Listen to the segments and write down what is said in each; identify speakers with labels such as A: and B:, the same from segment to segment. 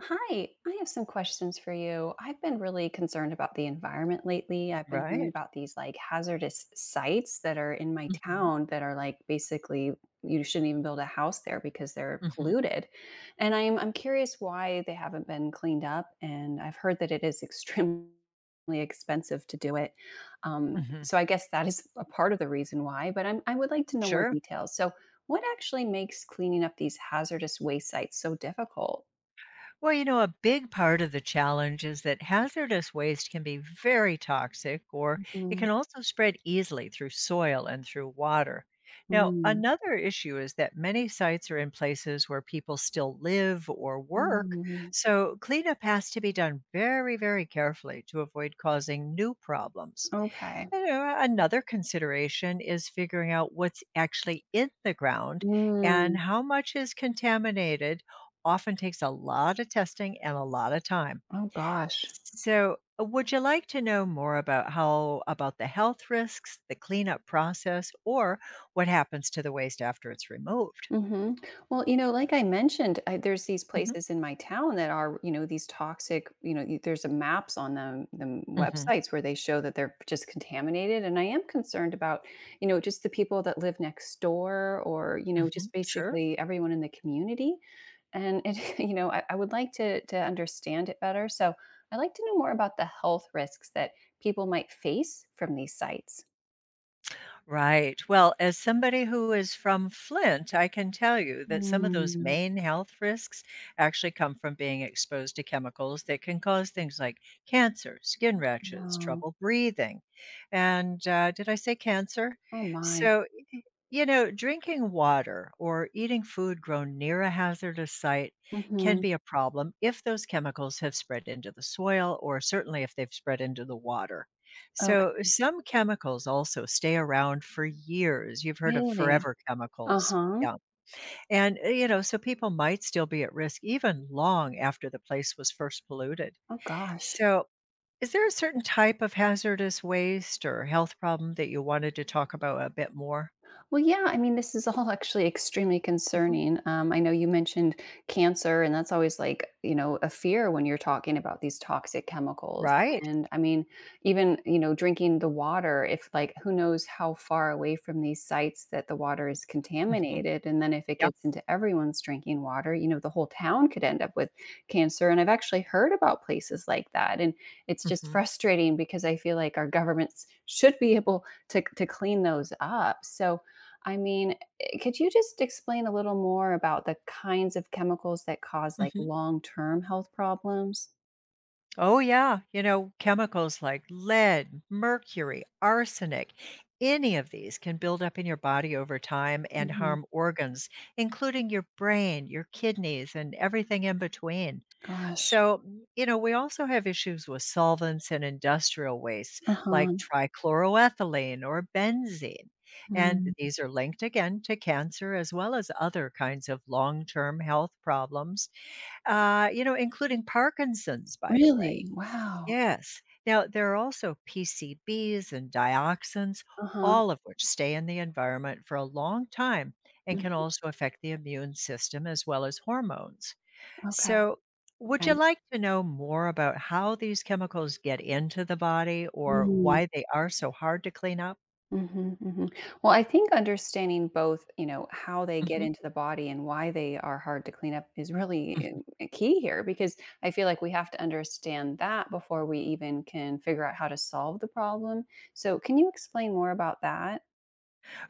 A: Hi, I have some questions for you. I've been really concerned about the environment lately. I've been hearing
B: Right.
A: about these like hazardous sites that are in my
B: Mhm,
A: town that are like basically you shouldn't even build a house there because they're
B: mhm.
A: polluted. And I'm curious why they haven't been cleaned up. And I've heard that it is extremely expensive to do it. Um,
B: Mhm.
A: so I guess that is a part of the reason why. But I would like to know more
B: Sure.
A: details. So what actually makes cleaning up these hazardous waste sites so difficult?
B: Well, you know, a big part of the challenge is that hazardous waste can be very toxic, or it can also spread easily through soil and through water. Now,
A: Mm,
B: another issue is that many sites are in places where people still live or work,
A: mm,
B: so cleanup has to be done very, very carefully to avoid causing new problems.
A: okay.
B: You know, another consideration is figuring out what's actually in the ground and
A: Mm.
B: how much is contaminated often takes a lot of testing and a lot of time.
A: Oh gosh.
B: So, would you like to know more about how about the health risks, the cleanup process, or what happens to the waste after it's removed?
A: Hmm. Well, like I mentioned, there's these
B: Hmm.
A: places in my town that are, these toxic, there's a maps on them, the
B: Hmm.
A: websites where they show that they're just contaminated. And I am concerned about, just the people that live next door or,
B: Hmm.
A: just
B: Sure.
A: basically everyone in the community. And it, I would like to understand it better. So I'd like to know more about the health risks that people might face from these sites.
B: Right. Well, as somebody who is from Flint, I can tell you that some of those
A: Mm.
B: main health risks actually come from being exposed to chemicals that can cause things like cancer, skin rashes,
A: Wow.
B: trouble breathing. And Did I say cancer?
A: Oh my.
B: So, you know, drinking water or eating food grown near a hazardous site can
A: Mm-hmm.
B: be a problem if those chemicals have spread into the soil or certainly if they've spread into the water. So, some chemicals also stay around for years. You've heard of
A: Really?
B: forever chemicals.
A: Uh-huh.
B: Yeah. You know, so people might still be at risk even long after the place was first polluted.
A: Oh gosh.
B: So, is there a certain type of hazardous waste or health problem that you wanted to talk about a bit more?
A: Well, yeah, I mean, this is all actually extremely
B: Mhm.
A: concerning. I know you mentioned cancer, and that's always like, a fear when you're talking about these toxic chemicals.
B: Right.
A: And I mean, even, drinking the water, if like, who knows how far away from these sites that the water is
B: Mhm.
A: contaminated. And then if it
B: Yeah.
A: gets into everyone's drinking water, the whole town could end up with cancer. And I've actually heard about places like that. And it's just
B: Mhm.
A: frustrating because I feel like our governments should be able to clean those up. So, I mean, could you just explain a little more about the kinds of chemicals that cause like
B: Mhm.
A: long-term health problems?
B: Oh, yeah. You know, chemicals like lead, mercury, arsenic, any of these can build up in your body over time and
A: Mhm.
B: harm organs, including your brain, your kidneys, and everything in between.
A: Gosh.
B: So, you know, we also have issues with solvents and industrial wastes like
A: Uh-huh.
B: trichloroethylene or benzene. And
A: Mm.
B: these are linked again to cancer as well as other kinds of long term health problems. You know, including Parkinson's, by the way.
A: Really? Wow.
B: Yes. Now, there are also PCBs and dioxins,
A: Uh-huh.
B: all of which stay in the environment for a long time and can
A: Mm.
B: also affect the immune system as well as hormones.
A: Okay.
B: So, would you like to know more about how these chemicals get into the body or
A: Mm.
B: why they are so hard to clean up?
A: Mhm, mhm. Well, I think understanding both, how they get
B: Mhm.
A: into the body and why they are hard to clean up is really key here because I feel like we have to understand that before we even can figure out how to solve the problem. So, can you explain more about that?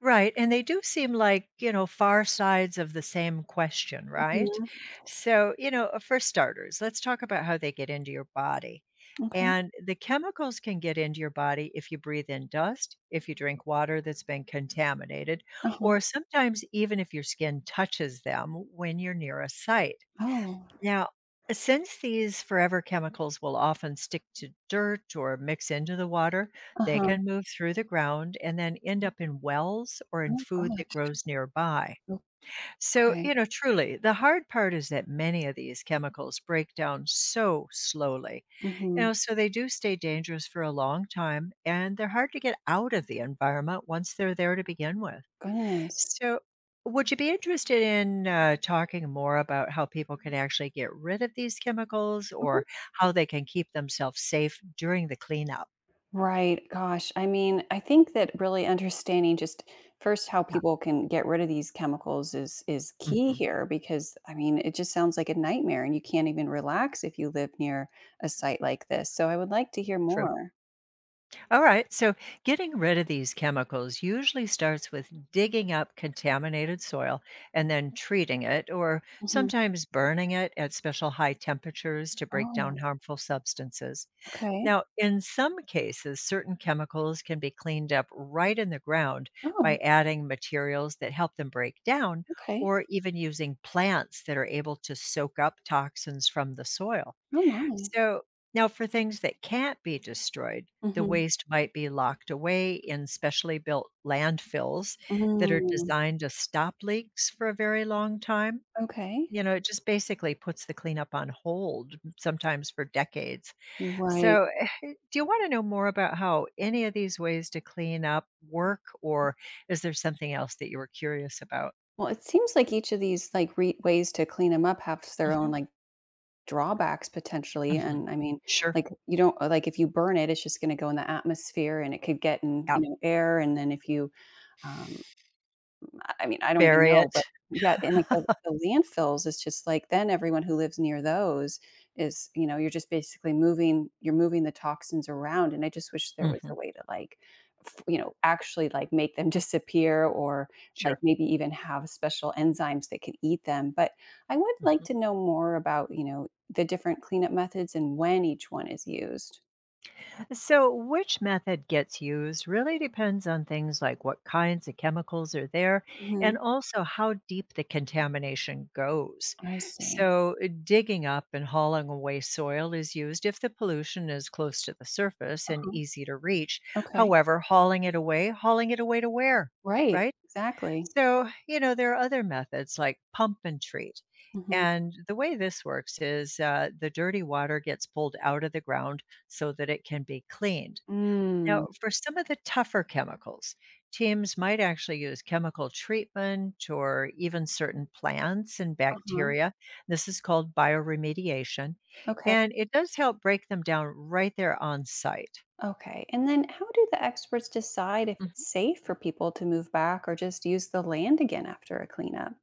B: Right, and they do seem like, you know, far sides of the same question,
A: Mhm.
B: right? So, for starters, let's talk about how they get into your body.
A: Okay.
B: And the chemicals can get into your body if you breathe in dust, if you drink water that's been contaminated,
A: Uh-huh.
B: or sometimes even if your skin touches them when you're near a site.
A: Oh.
B: Now, since these forever chemicals will often stick to dirt or mix into the water, they
A: Uh-huh.
B: can move through the ground and then end up in wells or in
A: Oh
B: food that
A: gosh.
B: grows nearby. So, you
A: Okay.
B: know, truly, the hard part is that many of these chemicals break down so slowly. You
A: Mhm.
B: know, so they do stay dangerous for a long time and they're hard to get out of the environment once they're there to begin with.
A: Goodness.
B: So, would you be interested in talking more about how people can actually get rid of these chemicals
A: Mm-hmm.
B: or how they can keep themselves safe during the cleanup?
A: Right. Gosh. I mean, I think that really understanding just first how
B: Yeah.
A: people can get rid of these chemicals is key
B: Hmm.
A: here because I mean, it just sounds like a nightmare and you can't even relax if you live near a site like this. So I would like to hear
B: True.
A: more.
B: All right. So, getting rid of these chemicals usually starts with digging up contaminated soil and then treating it, or
A: Hmm.
B: sometimes burning it at special high temperatures to break down
A: Oh,
B: harmful substances.
A: okay.
B: Now, in some cases, certain chemicals can be cleaned up right in the ground by
A: Oh,
B: adding materials that help them break down
A: okay.
B: or even using plants that are able to soak up toxins from the soil.
A: Oh my.
B: So, now for things that can't be destroyed, the
A: Hmm.
B: waste might be locked away in specially built landfills that are
A: Mm,
B: designed to stop leaks for a very long time.
A: okay.
B: You know, it just basically puts the cleanup on hold, sometimes for decades.
A: Right.
B: So, do you want to know more about how any of these ways to clean up work, or is there something else that you were curious about?
A: Well, it seems like each of these like ways to clean them up have their own
B: Mhm,
A: like drawbacks potentially,
B: mhm.
A: and I mean,
B: Sure.
A: like, you don't like, if you burn it, it's just gonna go in the atmosphere and it could get in,
B: Yeah.
A: air, and then if you, um I mean, I don't even
B: Bury it.
A: know, but yeah, and like the landfills, it's just like then everyone who lives near those is, you're just basically moving you're moving the toxins around, and I just wish there was
B: Mhm.
A: a way to like, actually, like, make them disappear or, like,
B: Sure.
A: maybe even have special enzymes that can eat them, but I would like to know more about, the different cleanup methods and when each one is used.
B: So, which method gets used really depends on things like what kinds of chemicals are there and
A: Mhm.
B: also how deep the contamination goes.
A: I see.
B: So, digging up and hauling away soil is used if the pollution is close to the surface and
A: Uh-huh.
B: easy to reach.
A: Okay.
B: However, hauling it away to where?
A: Right.
B: Right?
A: Exactly.
B: So, you know, there are other methods like pump and treat.
A: Mhm.
B: And the way this works is the dirty water gets pulled out of the ground so that it can be cleaned. Now,
A: Mm.
B: for some of the tougher chemicals, teams might actually use chemical treatment or even certain plants and
A: Uh-huh.
B: bacteria. This is called bioremediation,
A: Okay.
B: and it does help break them down right there on site.
A: Okay. And then how do the experts decide if it's safe for people to move back or just use the land again after a cleanup?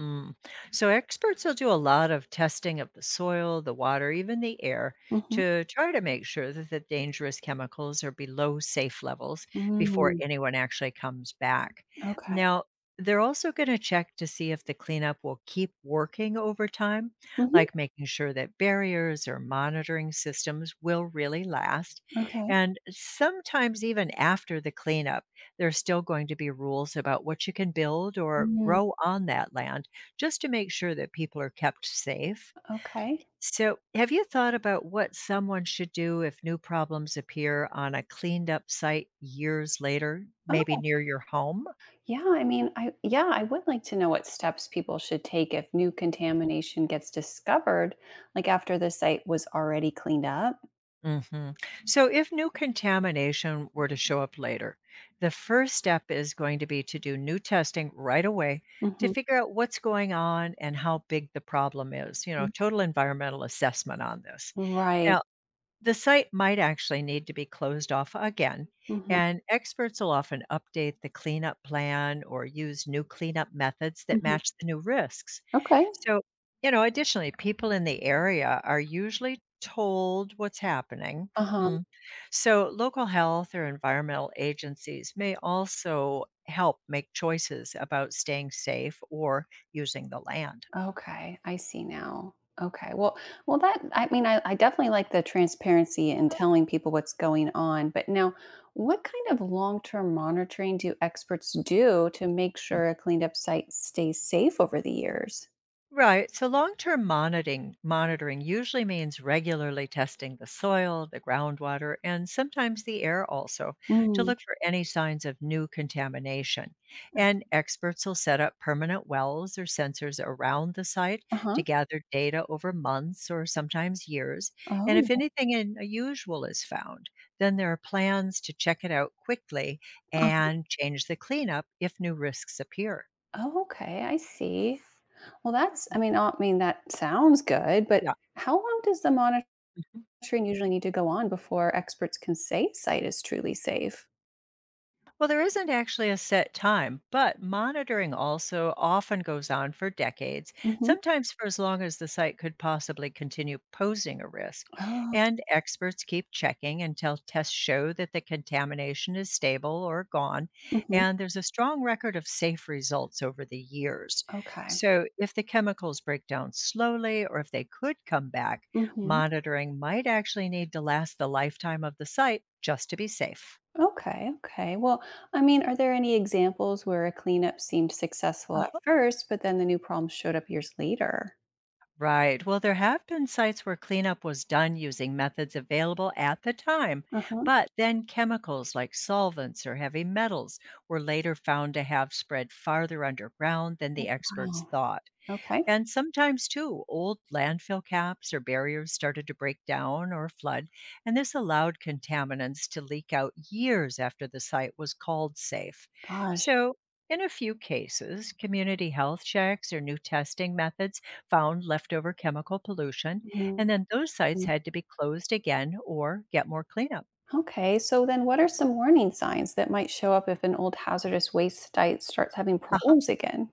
B: Mm. So experts will do a lot of testing of the soil, the water, even the air
A: Mm-hmm.
B: to try to make sure that the dangerous chemicals are below safe levels before
A: Mm,
B: anyone actually comes back.
A: okay.
B: Now, they're also going to check to see if the cleanup will keep working over time,
A: Mm-hmm.
B: like making sure that barriers or monitoring systems will really last.
A: Okay.
B: And sometimes, even after the cleanup, there's still going to be rules about what you can build or
A: Mm,
B: grow on that land just to make sure that people are kept safe.
A: okay.
B: So, have you thought about what someone should do if new problems appear on a cleaned up site years later, maybe
A: Oh,
B: near your home?
A: yeah. I mean, I yeah, I would like to know what steps people should take if new contamination gets discovered, like after the site was already cleaned up.
B: Mhm. So, if new contamination were to show up later, the first step is going to be to do new testing right away to
A: Mm-hmm.
B: figure out what's going on and how big the problem is, you know, total environmental assessment on this.
A: Right.
B: Now, the site might actually need to be closed off again,
A: Mm-hmm.
B: and experts will often update the cleanup plan or use new cleanup methods that
A: Mm-hmm.
B: match the new risks.
A: Okay.
B: So, you know, additionally, people in the area are usually told what's happening.
A: Uh huh.
B: Mm. So, local health or environmental agencies may also help make choices about staying safe or using the land.
A: Okay, I see now. Okay. Well, well that I mean I definitely like the transparency and telling people what's going on, but now what kind of long-term monitoring do experts do to make sure a cleaned up site stays safe over the years?
B: Right. So long-term monitoring usually means regularly testing the soil, the groundwater, and sometimes the air also to
A: Mm.
B: look for any signs of new contamination. And experts will set up permanent wells or sensors around the site to
A: Uh-huh.
B: gather data over months or sometimes years. And if
A: Oh.
B: anything unusual is found, then there are plans to check it out quickly
A: uh,
B: and change the cleanup if new risks appear.
A: Oh, okay. I see. Well, that's I mean that sounds good, but
B: Yeah.
A: how long does the monitoring usually need to go on before experts can say site is truly safe?
B: Well, there isn't actually a set time, but monitoring also often goes on for decades,
A: Mhm.
B: sometimes for as long as the site could possibly continue posing a risk.
A: Oh.
B: And experts keep checking until tests show that the contamination is stable or gone,
A: Mhm.
B: and there's a strong record of safe results over the years.
A: Okay.
B: So, if the chemicals break down slowly or if they could come back,
A: Hmm.
B: monitoring might actually need to last the lifetime of the site just to be safe.
A: Okay. Okay. Well, I mean, are there any examples where a cleanup seemed successful at first, but then the new problem showed up years later?
B: Right. Well, there have been sites where cleanup was done using methods available at the time,
A: Uh huh.
B: but then chemicals like solvents or heavy metals were later found to have spread farther underground than the experts
A: Wow.
B: thought.
A: Okay.
B: And sometimes, too, old landfill caps or barriers started to break down or flood, and this allowed contaminants to leak out years after the site was called safe.
A: Gosh.
B: So, in a few cases, community health checks or new testing methods found leftover chemical pollution, and
A: Mhm.
B: then those sites had to be closed again or get more cleanup.
A: Okay. So then, what are some warning signs that might show up if an old hazardous waste site starts having
B: Aha.
A: problems again?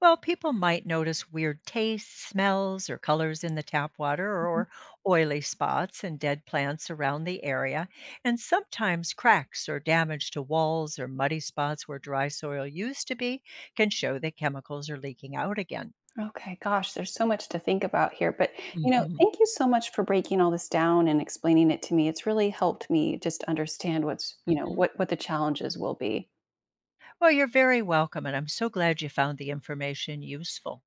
B: Well, people might notice weird tastes, smells, or colors in the tap water or oily spots and dead plants around the area, and sometimes cracks or damage to walls or muddy spots where dry soil used to be can show that chemicals are leaking out again.
A: Okay, gosh, there's so much to think about here. But,
B: Hmm.
A: thank you so much for breaking all this down and explaining it to me. It's really helped me just understand what's,
B: Hmm.
A: what the challenges will be.
B: Well, you're very welcome, and I'm so glad you found the information useful.